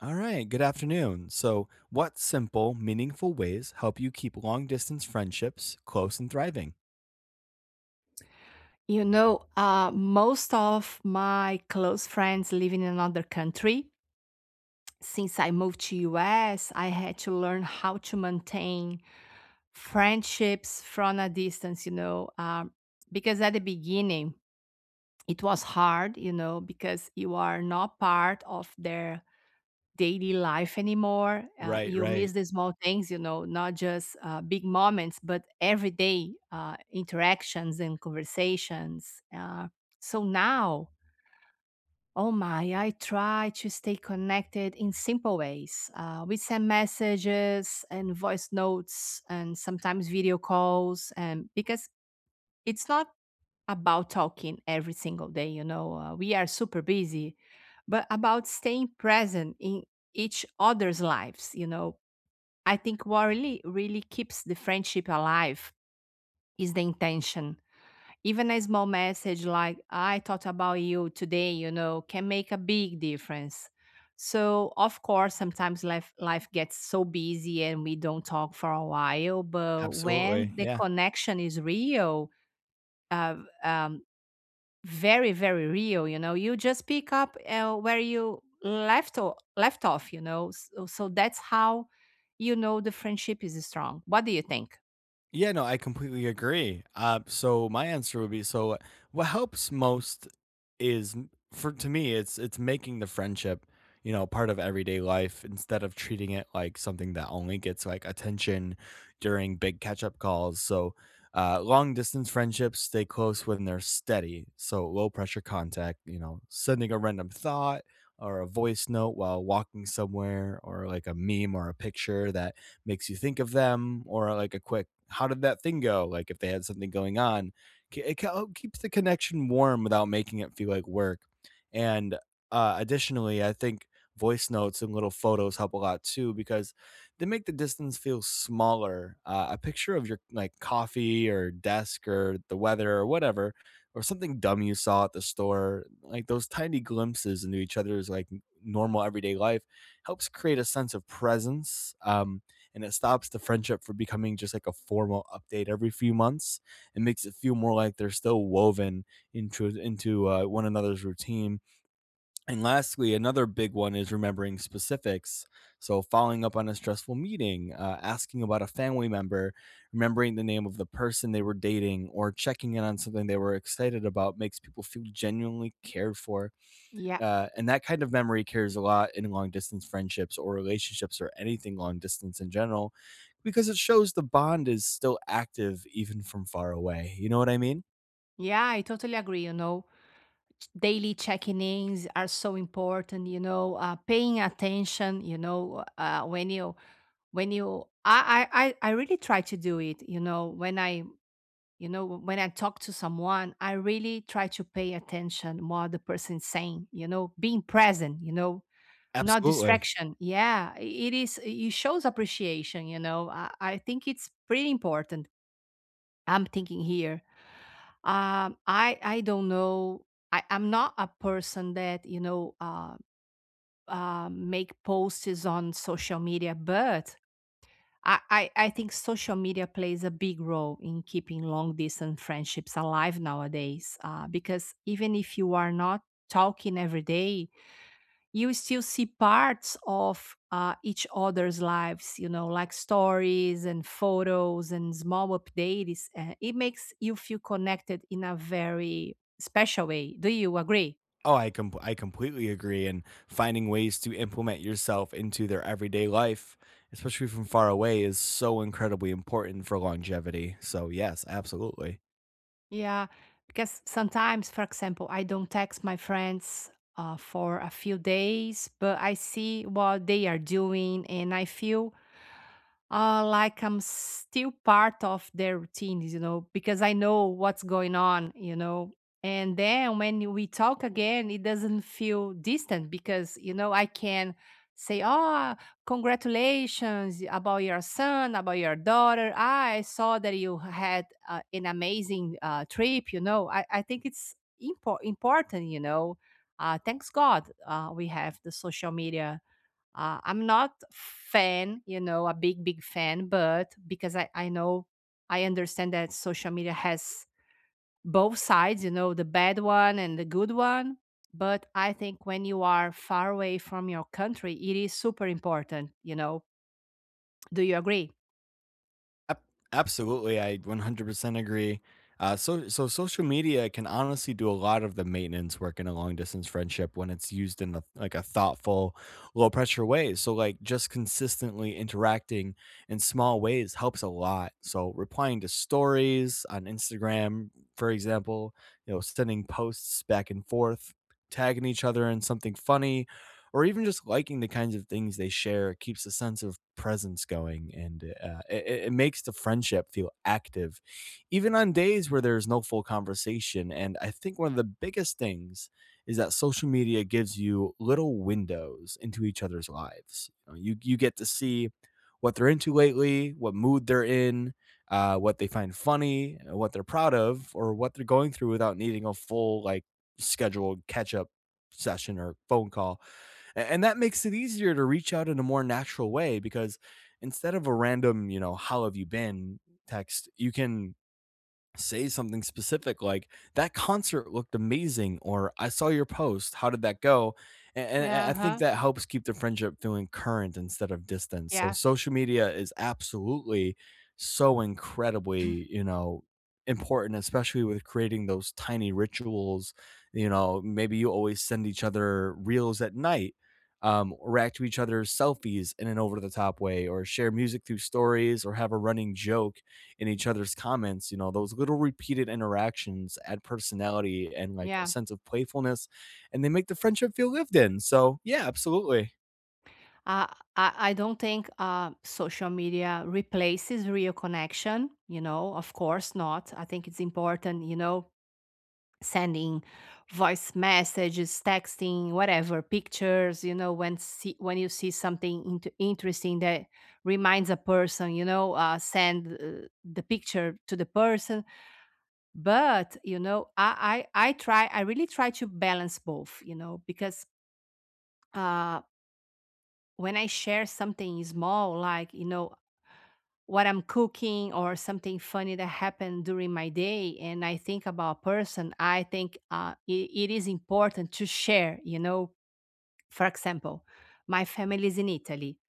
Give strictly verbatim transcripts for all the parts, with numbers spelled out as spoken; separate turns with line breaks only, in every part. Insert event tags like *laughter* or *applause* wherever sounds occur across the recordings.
All right, good afternoon. So, what simple, meaningful ways help you keep long distance friendships close and thriving?
You know, uh, most of my close friends live in another country. Since I moved to U S, I had to learn how to maintain friendships from a distance, you know, um, because at the beginning it was hard, you know, because you are not part of their daily life anymore. Uh,
Right,
you
right.
miss the small things, you know, not just uh, big moments, but everyday uh, interactions and conversations. Uh, so now, oh my, I try to stay connected in simple ways. Uh, we send messages and voice notes and sometimes video calls, and because it's not about talking every single day, you know, uh, we are super busy, but about staying present in each other's lives, you know. I think what really, really keeps the friendship alive is the intention. Even a small message like, I thought about you today, you know, can make a big difference. So, of course, sometimes life, life gets so busy and we don't talk for a while. But when
Absolutely.
the
Yeah.
connection is real, uh, um, very, very real, you know, you just pick up uh, where you left, o- left off, you know. So, so that's how, you know, the friendship is strong. What do you think?
Yeah, no, I completely agree. Uh, so my answer would be so what helps most is m- for to me it's it's making the friendship, you know, part of everyday life instead of treating it like something that only gets like attention during big catch-up calls. So uh, long distance friendships stay close when they're steady. So low pressure contact, you know, sending a random thought or a voice note while walking somewhere or like a meme or a picture that makes you think of them or like a quick how did that thing go? Like if they had something going on, it oh, keeps the connection warm without making it feel like work. And uh, additionally, I think voice notes and little photos help a lot too because they make the distance feel smaller. Uh, a picture of your like coffee or desk or the weather or whatever, or something dumb you saw at the store, like those tiny glimpses into each other's like normal everyday life helps create a sense of presence. Um, and it stops the friendship from becoming just like a formal update every few months. It makes it feel more like they're still woven into into uh, one another's routine. And lastly, another big one is remembering specifics, so following up on a stressful meeting, uh, asking about a family member, remembering the name of the person they were dating, or checking in on something they were excited about makes people feel genuinely cared for,
Yeah.
uh, and that kind of memory carries a lot in long distance friendships or relationships or anything long distance in general, because it shows the bond is still active even from far away. You know what I mean?
Yeah, I totally agree, you know, daily checking-ins are so important, you know, uh, paying attention, you know, uh, when you when you I, I I I really try to do it, you know, when i you know when I talk to someone I really try to pay attention what the person is saying, you know, being present, you know, not
Absolutely.
distraction. Yeah, i- it is, it shows appreciation, you know. i, I think it's pretty important. I'm thinking here. um, I I don't know. I, I'm not a person that, you know uh, uh, make posts on social media, but I, I I think social media plays a big role in keeping long distance friendships alive nowadays. Uh, because even if you are not talking every day, you still see parts of uh, each other's lives, you know, like stories and photos and small updates. Uh, it makes you feel connected in a very special way. Do you agree?
Oh, I com- I completely agree. And finding ways to implement yourself into their everyday life, especially from far away, is so incredibly important for longevity. So, yes, absolutely.
Yeah, because sometimes, for example, I don't text my friends uh, for a few days, but I see what they are doing and I feel uh, like I'm still part of their routines, you know, because I know what's going on, you know. And then when we talk again, it doesn't feel distant because, you know, I can say, oh, congratulations about your son, about your daughter. Ah, I saw that you had uh, an amazing uh, trip, you know. I, I think it's impo- important, you know. Uh, thanks God uh, we have the social media. uh, I'm not fan, you know, a big, big fan, but because I, I know, I understand that social media has both sides, you know, the bad one and the good one. But I think when you are far away from your country, it is super important, you know. Do you agree?
Ab- Absolutely, I one hundred percent agree. Uh, so, so social media can honestly do a lot of the maintenance work in a long distance friendship when it's used in a, like a thoughtful, low pressure way. So, like just consistently interacting in small ways helps a lot. So, replying to stories on Instagram, for example, you know, sending posts back and forth, tagging each other in something funny, or even just liking the kinds of things they share keeps a sense of presence going, and uh, it, it it makes the friendship feel active even on days where there's no full conversation. And I think one of the biggest things is that social media gives you little windows into each other's lives. You know, you, you get to see what they're into lately, what mood they're in, uh, what they find funny, uh, what they're proud of, or what they're going through without needing a full like scheduled catch up session or phone call. A- And that makes it easier to reach out in a more natural way, because instead of a random, you know, how have you been text, you can say something specific like, that concert looked amazing, or I saw your post, how did that go? A- and, I
Yeah,
think
huh?
that helps keep the friendship feeling current instead of distant. So
Yeah,
social media is absolutely so incredibly, you know, important, especially with creating those tiny rituals. You know, maybe you always send each other reels at night, um, react to each other's selfies in an over the top way, or share music through stories, or have a running joke in each other's comments. You know, those little repeated interactions add personality and like a
yeah.
sense of playfulness, and they make the friendship feel lived in. So, yeah, absolutely.
Uh, I, I don't think uh, social media replaces real connection, you know, of course not. I think it's important, you know, sending voice messages, texting, whatever, pictures, you know, when see, when you see something int- interesting that reminds a person, you know, uh, send uh, the picture to the person. But, you know, I, I, I try, I really try to balance both, you know, because uh, when I share something small, like, you know, what I'm cooking or something funny that happened during my day and I think about a person, I think uh, it, it is important to share, you know. For example, my family is in Italy.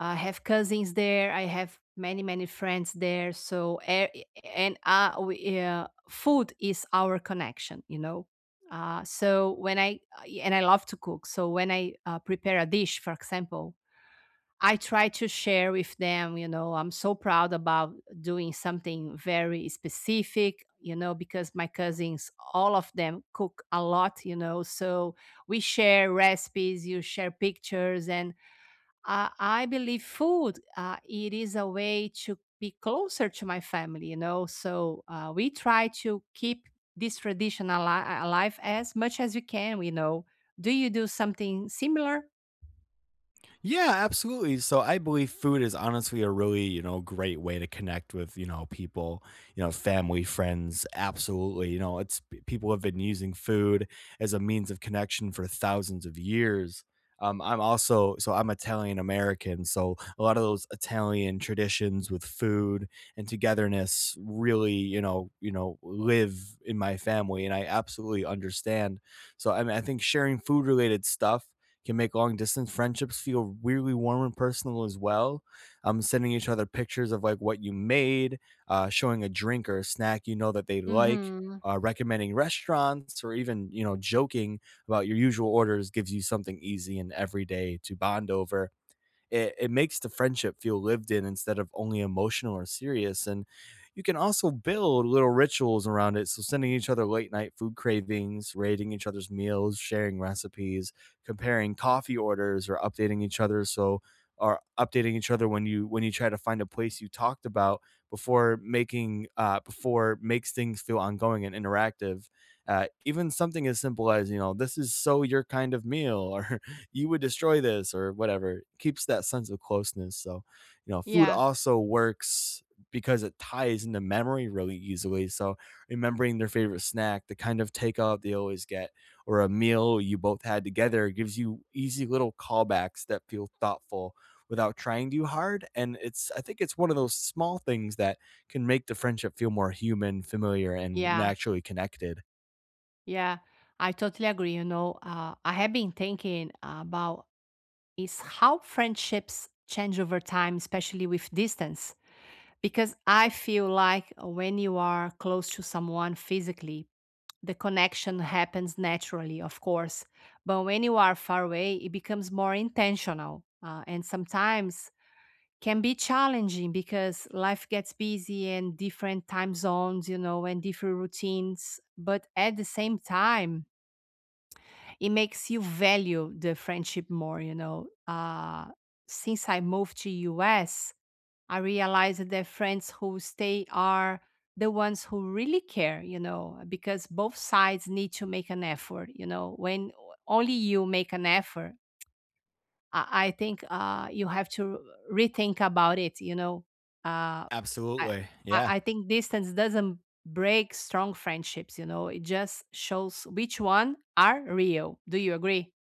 I have cousins there. I have many, many friends there. So, e- and uh, we, uh, food is our connection, you know. Uh, so when I, uh, and I love to cook. So when I uh, prepare a dish, for example, I try to share with them, you know. I'm so proud about doing something very specific, you know, because my cousins, all of them cook a lot, you know, so we share recipes, you share pictures. And I, I believe food, uh, it is a way to be closer to my family, you know, so uh, we try to keep this tradition ali- alive as much as we can, you know. Do you do something similar?
Yeah, absolutely. So I believe food is honestly a really, you know, great way to connect with, you know, people, you know, family, friends. Absolutely. You know, it's p- people have been using food as a means of connection for thousands of years. Um, I'm also, so I'm Italian American. So a lot of those Italian traditions with food and togetherness really, you know, you know, live in my family, and I absolutely understand. So I mean, I think sharing food related stuff can make long distance friendships feel weirdly warm and personal as well. Um, sending each other pictures of like what you made, uh, showing a drink or a snack you know that they like,
Mm-hmm.
uh, recommending restaurants, or even you know joking about your usual orders gives you something easy and everyday to bond over. It, it makes the friendship feel lived in instead of only emotional or serious. And you can also build little rituals around it. So, sending each other late night food cravings, rating each other's meals, sharing recipes, comparing coffee orders, or updating each other. So, or updating each other when you when you try to find a place you talked about before making uh, before makes things feel ongoing and interactive. Uh, even something as simple as, you know, this is so your kind of meal, *laughs* or you would destroy this or whatever. It keeps that sense of closeness. So, you know, food
Yeah,
also works because it ties into memory really easily. So, remembering their favorite snack, the kind of takeout they always get, or a meal you both had together gives you easy little callbacks that feel thoughtful without trying too hard. And it's, I think it's one of those small things that can make the friendship feel more human, familiar, and
yeah.
naturally connected.
Yeah, I totally agree. You know, uh, I have been thinking about is how friendships change over time, especially with distance. Because I feel like when you are close to someone physically, the connection happens naturally, of course. But when you are far away, it becomes more intentional, uh, and sometimes can be challenging because life gets busy and different time zones, you know, and different routines. But at the same time, it makes you value the friendship more, you know. Uh since I moved to US, I realized that friends who stay are the ones who really care, you know, because both sides need to make an effort, you know. When only you make an effort, i, I think uh you have to rethink about it, you know. uh i
Absolutely.
i
Yeah.
I think distance doesn't break strong friendships, you know, it just shows which one are real. Do you agree?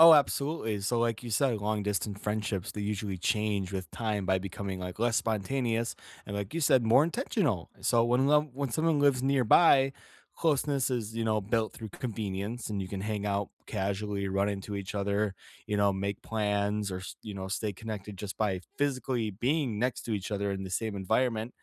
Oh, absolutely. So, like you said, long distance friendships they usually change with time by becoming like less spontaneous and, like you said, more intentional. So when love, when someone lives nearby, closeness is, you know, built through convenience, and you can hang out casually, run into each other, you know, make plans, or s- you know, stay connected just by physically being next to each other in the same environment.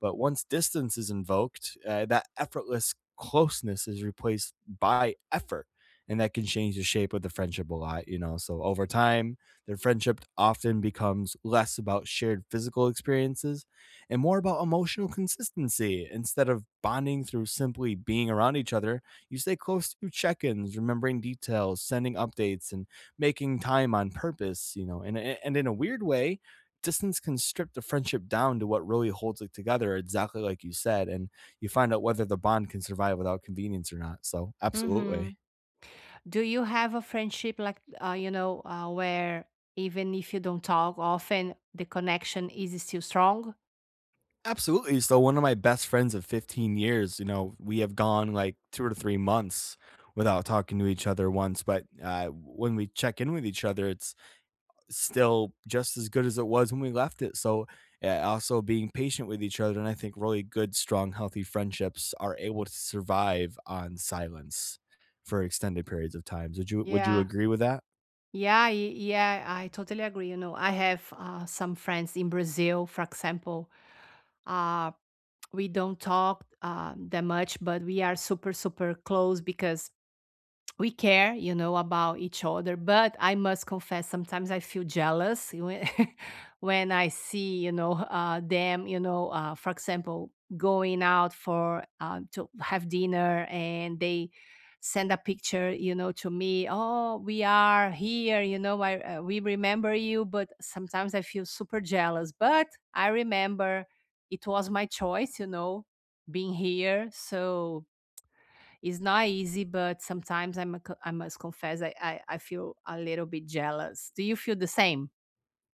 But once distance is invoked, uh, that effortless closeness is replaced by effort, and that can change the shape of the friendship a lot, you know. So over time, their friendship often becomes less about shared physical experiences and more about emotional consistency. Instead of bonding through simply being around each other, you stay close through check-ins, remembering details, sending updates, and making time on purpose, you know. And and in a weird way, distance can strip the friendship down to what really holds it together, exactly like you said, and you find out whether the bond can survive without convenience or not. So, absolutely.
Mhm. Do you have a friendship like, uh, you know uh, where even if you don't talk often, the connection is still strong?
Absolutely. So one of my best friends of fifteen years, you know, we have gone like two or three months without talking to each other once, but uh, when we check in with each other, it's still just as good as it was when we left it. So uh, also being patient with each other, and I think really good, strong, healthy friendships are able to survive on silence for extended periods of times. Would you Would you
Yeah.
agree with that?
Yeah, y- yeah, I totally agree. You know, I have uh, some friends in Brazil, for example. Uh, we don't talk uh, that much, but we are super, super close because we care, you know, about each other. But I must confess, sometimes I feel jealous when, *laughs* when I see, you know, uh, them, you know, uh, for example, going out for uh, to have dinner and they send a picture, you know, to me. Oh, we are here, you know. I uh, we remember you, but sometimes I feel super jealous. But I remember it was my choice, you know, being here, so it's not easy, but sometimes I mu- I must confess I, I I feel a little bit jealous. Do you feel the same?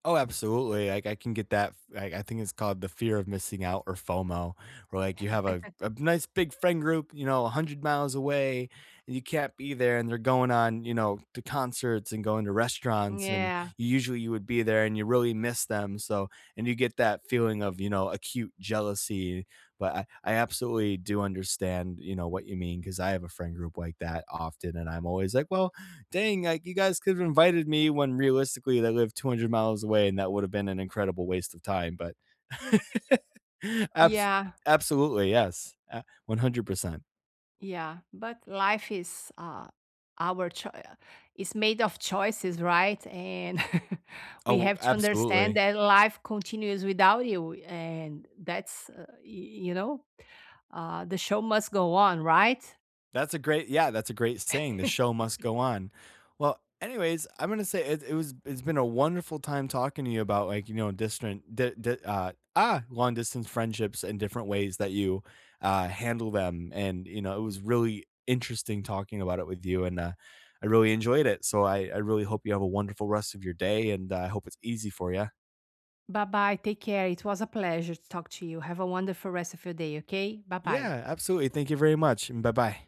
Oh, absolutely. Like I can get that. Like I think it's called the fear of missing out, or FOMO, where like you have a, a nice big friend group, you know, a hundred miles away, and you can't be there, and they're going on, you know, to concerts and going to restaurants, and
Yeah,
you usually you would be there, and you really miss them. So, and you get that feeling of, you know, acute jealousy. But I, I absolutely do understand, you know, what you mean, because I have a friend group like that often, and I'm always like, well, dang, like you guys could have invited me, when realistically they live two hundred miles away and that would have been an incredible waste of time. But *laughs* abs-
yeah,
absolutely, yes, uh, one hundred percent.
yeah. But life is, uh, our choice. It's made of choices, right? And *laughs* we
Oh,
have to understand
absolutely.
that life continues without you, and that's uh, y- you know, uh, the show must go on, right?
That's a great, yeah, that's a great saying, "The
*laughs*
show must go on." Well, anyways, I'm gonna say, it, it was it's been a wonderful time talking to you about like, you know, distant di- di- uh, ah long distance friendships and different ways that you uh, handle them, and you know it was really interesting talking about it with you, and uh, I really enjoyed it. So I I really hope you have a wonderful rest of your day, and uh, I hope it's easy for you.
Bye bye. Take care. It was a pleasure to talk to you. Have a wonderful rest of your day. Okay. Bye bye.
Yeah, absolutely. Thank you very much, and bye bye.